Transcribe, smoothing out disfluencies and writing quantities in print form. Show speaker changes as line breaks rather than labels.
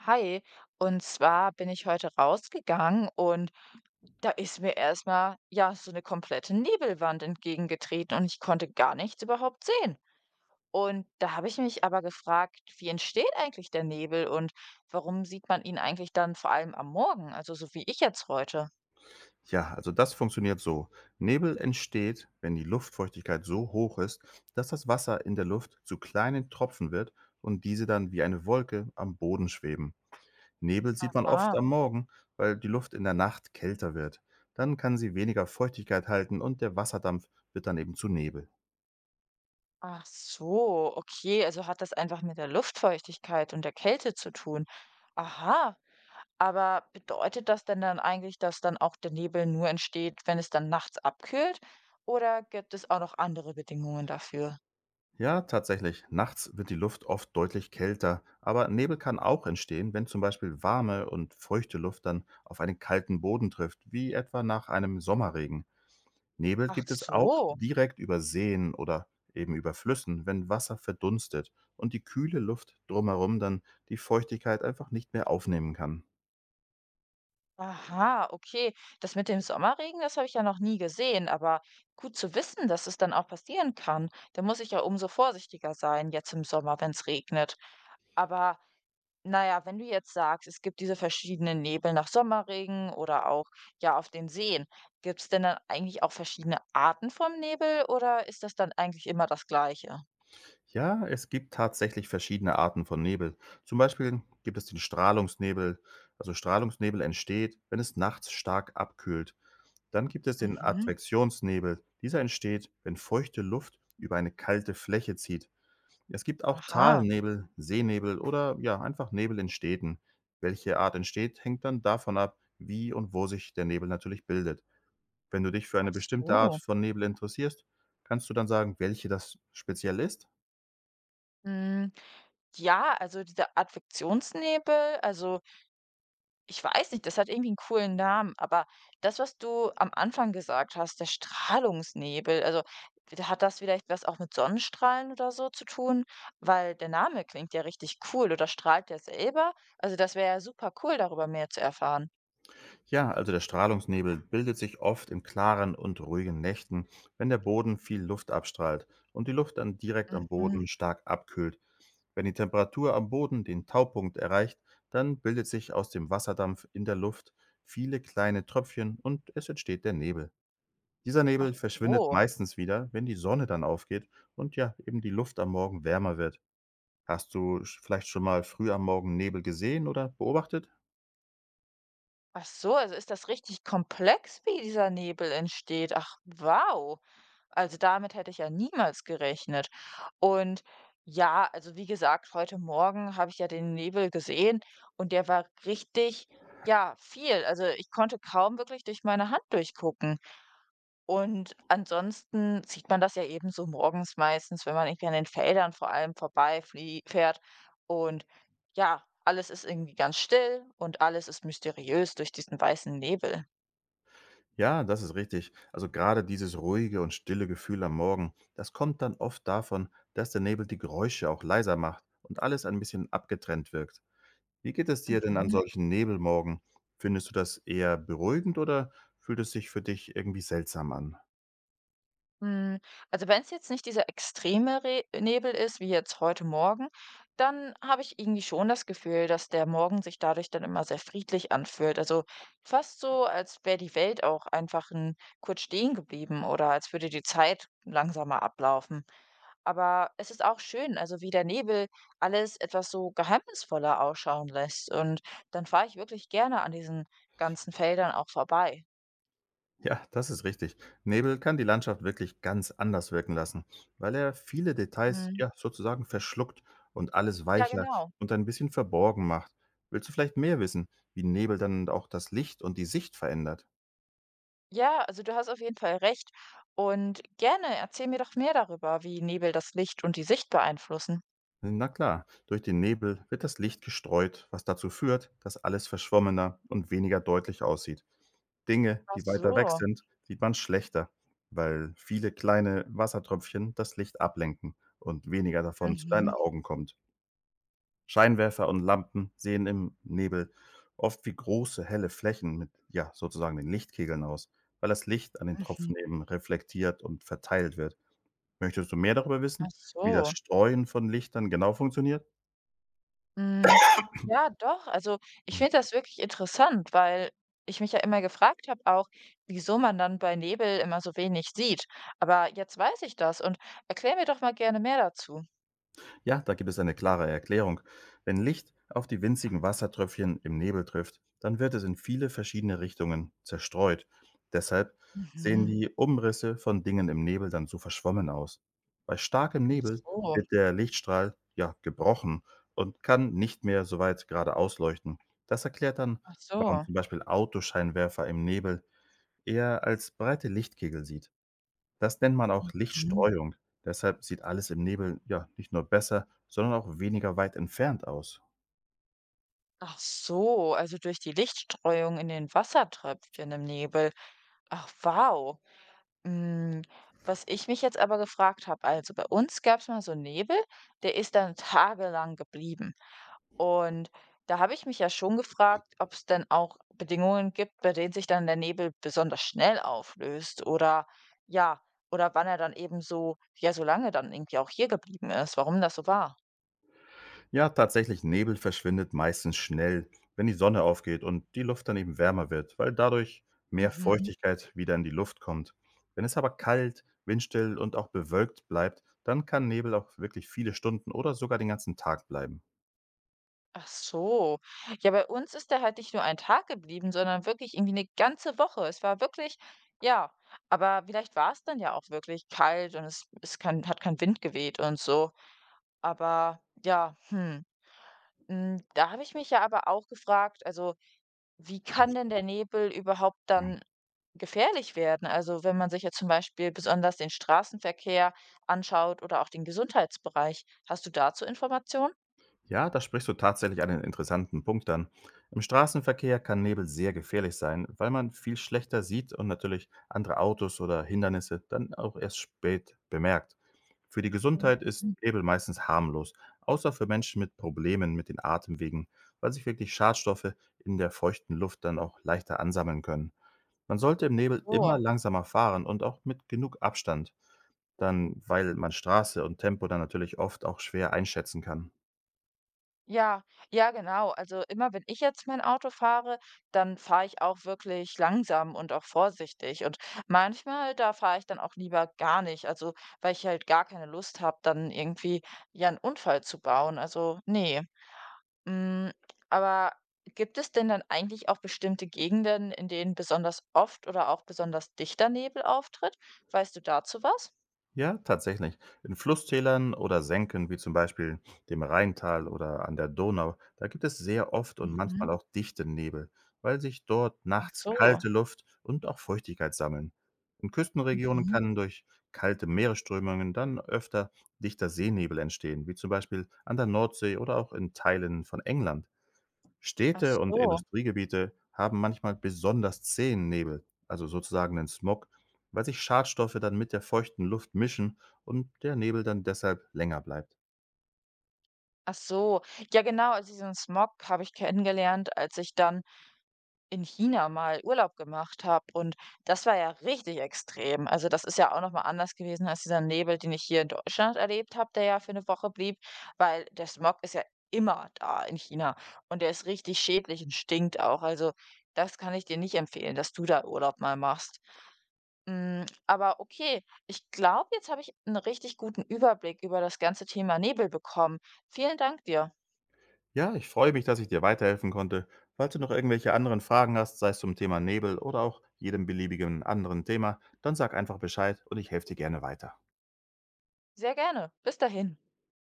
Hi, und zwar bin ich heute rausgegangen und da ist mir erstmal ja so eine komplette Nebelwand entgegengetreten und ich konnte gar nichts überhaupt sehen. Und da habe ich mich aber gefragt, wie entsteht eigentlich der Nebel und warum sieht man ihn eigentlich dann vor allem am Morgen, also so wie ich jetzt heute?
Ja, also das funktioniert so. Nebel entsteht, wenn die Luftfeuchtigkeit so hoch ist, dass das Wasser in der Luft zu kleinen Tropfen wird und diese dann wie eine Wolke am Boden schweben. Nebel sieht man oft
Ah,
am Morgen, weil die Luft in der Nacht kälter wird. Dann kann sie weniger Feuchtigkeit halten und der Wasserdampf wird dann eben zu Nebel.
ach so, okay, also hat das einfach mit der Luftfeuchtigkeit und der Kälte zu tun. Aha. Aber bedeutet das denn dann eigentlich, dass dann auch der Nebel nur entsteht, wenn es dann nachts abkühlt? Oder gibt es auch noch andere Bedingungen dafür?
Ja, tatsächlich, nachts wird die Luft oft deutlich kälter, aber Nebel kann auch entstehen, wenn zum Beispiel warme und feuchte Luft dann auf einen kalten Boden trifft, wie etwa nach einem Sommerregen. Nebel
Ach
gibt es auch
so,
direkt über Seen oder eben über Flüssen, wenn Wasser verdunstet und die kühle Luft drumherum dann die Feuchtigkeit einfach nicht mehr aufnehmen kann.
aha, okay. Das mit dem Sommerregen, das habe ich ja noch nie gesehen, aber gut zu wissen, dass es dann auch passieren kann. Da muss ich ja umso vorsichtiger sein, jetzt im Sommer, wenn es regnet. Aber na ja, wenn du jetzt sagst, es gibt diese verschiedenen Nebel nach Sommerregen oder auch, ja, auf den Seen. Gibt es denn dann eigentlich auch verschiedene Arten vom Nebel oder ist das dann eigentlich immer das Gleiche?
Ja, es gibt tatsächlich verschiedene Arten von Nebel. Zum Beispiel gibt es den Strahlungsnebel. Also Strahlungsnebel entsteht, wenn es nachts stark abkühlt. Dann gibt es den
Mhm.
Advektionsnebel. Dieser entsteht, wenn feuchte Luft über eine kalte Fläche zieht. Es gibt auch
Aha.
Talnebel, Seenebel oder ja, einfach Nebel in Städten. Welche Art entsteht, hängt dann davon ab, wie und wo sich der Nebel natürlich bildet. Wenn du dich für eine
Ach
bestimmte Art
so.
von Nebel interessierst, kannst du dann sagen, welche das speziell ist?
Hm, ja, also dieser Advektionsnebel, also ich weiß nicht, das hat irgendwie einen coolen Namen, aber das, was du am Anfang gesagt hast, der Strahlungsnebel, also, d hat das vielleicht was auch mit Sonnenstrahlen oder so zu tun? Weil der Name klingt ja richtig cool oder strahlt der selber? Also, das wäre ja super cool, darüber mehr zu erfahren.
Ja, also der Strahlungsnebel bildet sich oft in klaren und ruhigen Nächten, wenn der Boden viel Luft abstrahlt und die Luft dann direkt am
Mhm.
Boden stark abkühlt. Wenn die Temperatur am Boden den Taupunkt erreicht, dann bildet sich aus dem Wasserdampf in der Luft viele kleine Tröpfchen und es entsteht der Nebel. Dieser
Ach
Nebel verschwindet
so.
meistens wieder, wenn die Sonne dann aufgeht und ja, eben die Luft am Morgen wärmer wird. Hast du vielleicht schon mal früh am Morgen Nebel gesehen oder beobachtet?
Ach so, also, ist das richtig komplex, wie dieser Nebel entsteht? Ach, wow. Also, damit hätte ich ja niemals gerechnet. Und ja, also, wie gesagt, heute Morgen habe ich ja den Nebel gesehen und der war richtig, ja, viel. Also, ich konnte kaum wirklich durch meine Hand durchgucken. Und ansonsten sieht man das ja eben so morgens meistens, wenn man irgendwie an den Feldern vor allem vorbeiflie fährt. Und ja, alles ist irgendwie ganz still und alles ist mysteriös durch diesen weißen Nebel.
Ja, das ist richtig. Also gerade dieses ruhige und stille Gefühl am Morgen, das kommt dann oft davon, dass der Nebel die Geräusche auch leiser macht und alles ein bisschen abgetrennt wirkt. Wie geht es dir denn an
Mhm.
solchen Nebelmorgen? Findest du das eher beruhigend oder fühlt es sich für dich irgendwie seltsam an?
Hm, also wenn es jetzt nicht dieser extreme Re Nebel ist, wie jetzt heute Morgen, dann habe ich irgendwie schon das Gefühl, dass der Morgen sich dadurch dann immer sehr friedlich anfühlt. Also fast so, als wäre die Welt auch einfach ein kurz stehen geblieben oder als würde die Zeit langsamer ablaufen. Aber es ist auch schön, also wie der Nebel alles etwas so geheimnisvoller ausschauen lässt. Und dann fahre ich wirklich gerne an diesen ganzen Feldern auch vorbei.
Ja, das ist richtig. Nebel kann die Landschaft wirklich ganz anders wirken lassen, weil er viele Details
Mhm.
ja sozusagen verschluckt und alles
Ja,
weicher
genau.
und ein bisschen verborgen macht. Willst du vielleicht mehr wissen, wie Nebel dann auch das Licht und die Sicht verändert?
Ja, also du hast auf jeden Fall recht. Und gerne, erzähl mir doch mehr darüber, wie Nebel das Licht und die Sicht beeinflussen.
Na klar, durch den Nebel wird das Licht gestreut, was dazu führt, dass alles verschwommener und weniger deutlich aussieht. Dinge,
Ach
die weiter weg
so.
sind, sieht man schlechter, weil viele kleine Wassertröpfchen das Licht ablenken und weniger davon zu deinen
Mhm,
Augen kommt. Scheinwerfer und Lampen sehen im Nebel oft wie große, helle Flächen mit, ja, sozusagen den Lichtkegeln aus, weil das Licht an den
mhm.
Tropfen eben reflektiert und verteilt wird. Möchtest du mehr darüber
Ach
wissen, wie das
so.
Streuen von Lichtern genau funktioniert?
Hm, ja, doch. Also ich finde das wirklich interessant, weil ich mich ja immer gefragt habe auch, wieso man dann bei Nebel immer so wenig sieht. Aber jetzt weiß ich das und erklär mir doch mal gerne mehr dazu.
Ja, da gibt es eine klare Erklärung. Wenn Licht auf die winzigen Wassertröpfchen im Nebel trifft, dann wird es in viele verschiedene Richtungen zerstreut. Deshalb sehen
Mhm.
die Umrisse von Dingen im Nebel dann so verschwommen aus. Bei starkem
Ach
Nebel
so.
wird der Lichtstrahl ja gebrochen und kann nicht mehr so weit geradeaus leuchten. Das erklärt dann,
Ach
warum
so.
zum Beispiel Autoscheinwerfer im Nebel eher als breite Lichtkegel sieht. Das nennt man auch
Mhm.
Lichtstreuung. Deshalb sieht alles im Nebel, ja, nicht nur besser, sondern auch weniger weit entfernt aus.
Ach so, also durch die Lichtstreuung in den Wassertröpfchen im Nebel. Ach, wow. Mm, was ich mich jetzt aber gefragt habe, also bei uns gab es mal so einen Nebel, der ist dann tagelang geblieben. Und da habe ich mich ja schon gefragt, ob es denn auch Bedingungen gibt, bei denen sich dann der Nebel besonders schnell auflöst oder ja, oder wann er dann eben so, ja, so lange dann irgendwie auch hier geblieben ist, warum das so war.
Ja, tatsächlich, Nebel verschwindet meistens schnell, wenn die Sonne aufgeht und die Luft dann eben wärmer wird, weil dadurch mehr
Mhm.
Feuchtigkeit wieder in die Luft kommt. Wenn es aber kalt, windstill und auch bewölkt bleibt, dann kann Nebel auch wirklich viele Stunden oder sogar den ganzen Tag bleiben.
Ach so. Ja, bei uns ist der halt nicht nur ein Tag geblieben, sondern wirklich irgendwie eine ganze Woche. Es war wirklich, ja, aber vielleicht war es dann ja auch wirklich kalt und es es kann hat kein Wind geweht und so. Aber ja, hm, hm, da habe ich mich ja aber auch gefragt, also, wie kann denn der Nebel überhaupt dann gefährlich werden? Also, wenn man sich jetzt zum Beispiel besonders den Straßenverkehr anschaut oder auch den Gesundheitsbereich. Hast du dazu Informationen?
Ja, da sprichst du tatsächlich einen interessanten Punkt an. Im Straßenverkehr kann Nebel sehr gefährlich sein, weil man viel schlechter sieht und natürlich andere Autos oder Hindernisse dann auch erst spät bemerkt. Für die Gesundheit ist
Mhm.
Nebel meistens harmlos, außer für Menschen mit Problemen mit den Atemwegen, weil sich wirklich Schadstoffe in der feuchten Luft dann auch leichter ansammeln können. Man sollte im Nebel
So.
immer langsamer fahren und auch mit genug Abstand, dann weil man Straße und Tempo dann natürlich oft auch schwer einschätzen kann.
Ja, ja, genau. Also immer wenn ich jetzt mein Auto fahre, dann fahre ich auch wirklich langsam und auch vorsichtig. Und manchmal, da fahre ich dann auch lieber gar nicht. Also, weil ich halt gar keine Lust habe, dann irgendwie ja einen Unfall zu bauen. Also, nee. Mm, aber gibt es denn dann eigentlich auch bestimmte Gegenden, in denen besonders oft oder auch besonders dichter Nebel auftritt? Weißt du dazu was?
Ja, tatsächlich. In Flusstälern oder Senken, wie zum Beispiel dem Rheintal oder an der Donau, da gibt es sehr oft und
Mhm.
manchmal auch dichten Nebel, weil sich dort
Ach
nachts
so.
kalte Luft und auch Feuchtigkeit sammeln. In Küstenregionen
Mhm.
kann durch kalte Meeresströmungen dann öfter dichter Seenebel entstehen, wie zum Beispiel an der Nordsee oder auch in Teilen von England.
Ach
Städte und
so.
Industriegebiete haben manchmal besonders zähen Nebel, also sozusagen den Smog, weil sich Schadstoffe dann mit der feuchten Luft mischen und der Nebel dann deshalb länger bleibt.
Ach so. Ja genau, also diesen Smog habe ich kennengelernt, als ich dann in China mal Urlaub gemacht habe und das war ja richtig extrem. Also, das ist ja auch noch mal anders gewesen als dieser Nebel, den ich hier in Deutschland erlebt habe, der ja für eine Woche blieb, weil der Smog ist ja immer da in China und der ist richtig schädlich und stinkt auch. Also, das kann ich dir nicht empfehlen, dass du da Urlaub mal machst. Hm, aber okay, ich glaube, jetzt habe ich einen richtig guten Überblick über das ganze Thema Nebel bekommen. Vielen Dank dir.
Ja, ich freue mich, dass ich dir weiterhelfen konnte. Falls du noch irgendwelche anderen Fragen hast, sei es zum Thema Nebel oder auch jedem beliebigen anderen Thema, dann sag einfach Bescheid und ich helfe dir gerne weiter.
Sehr gerne. Bis dahin.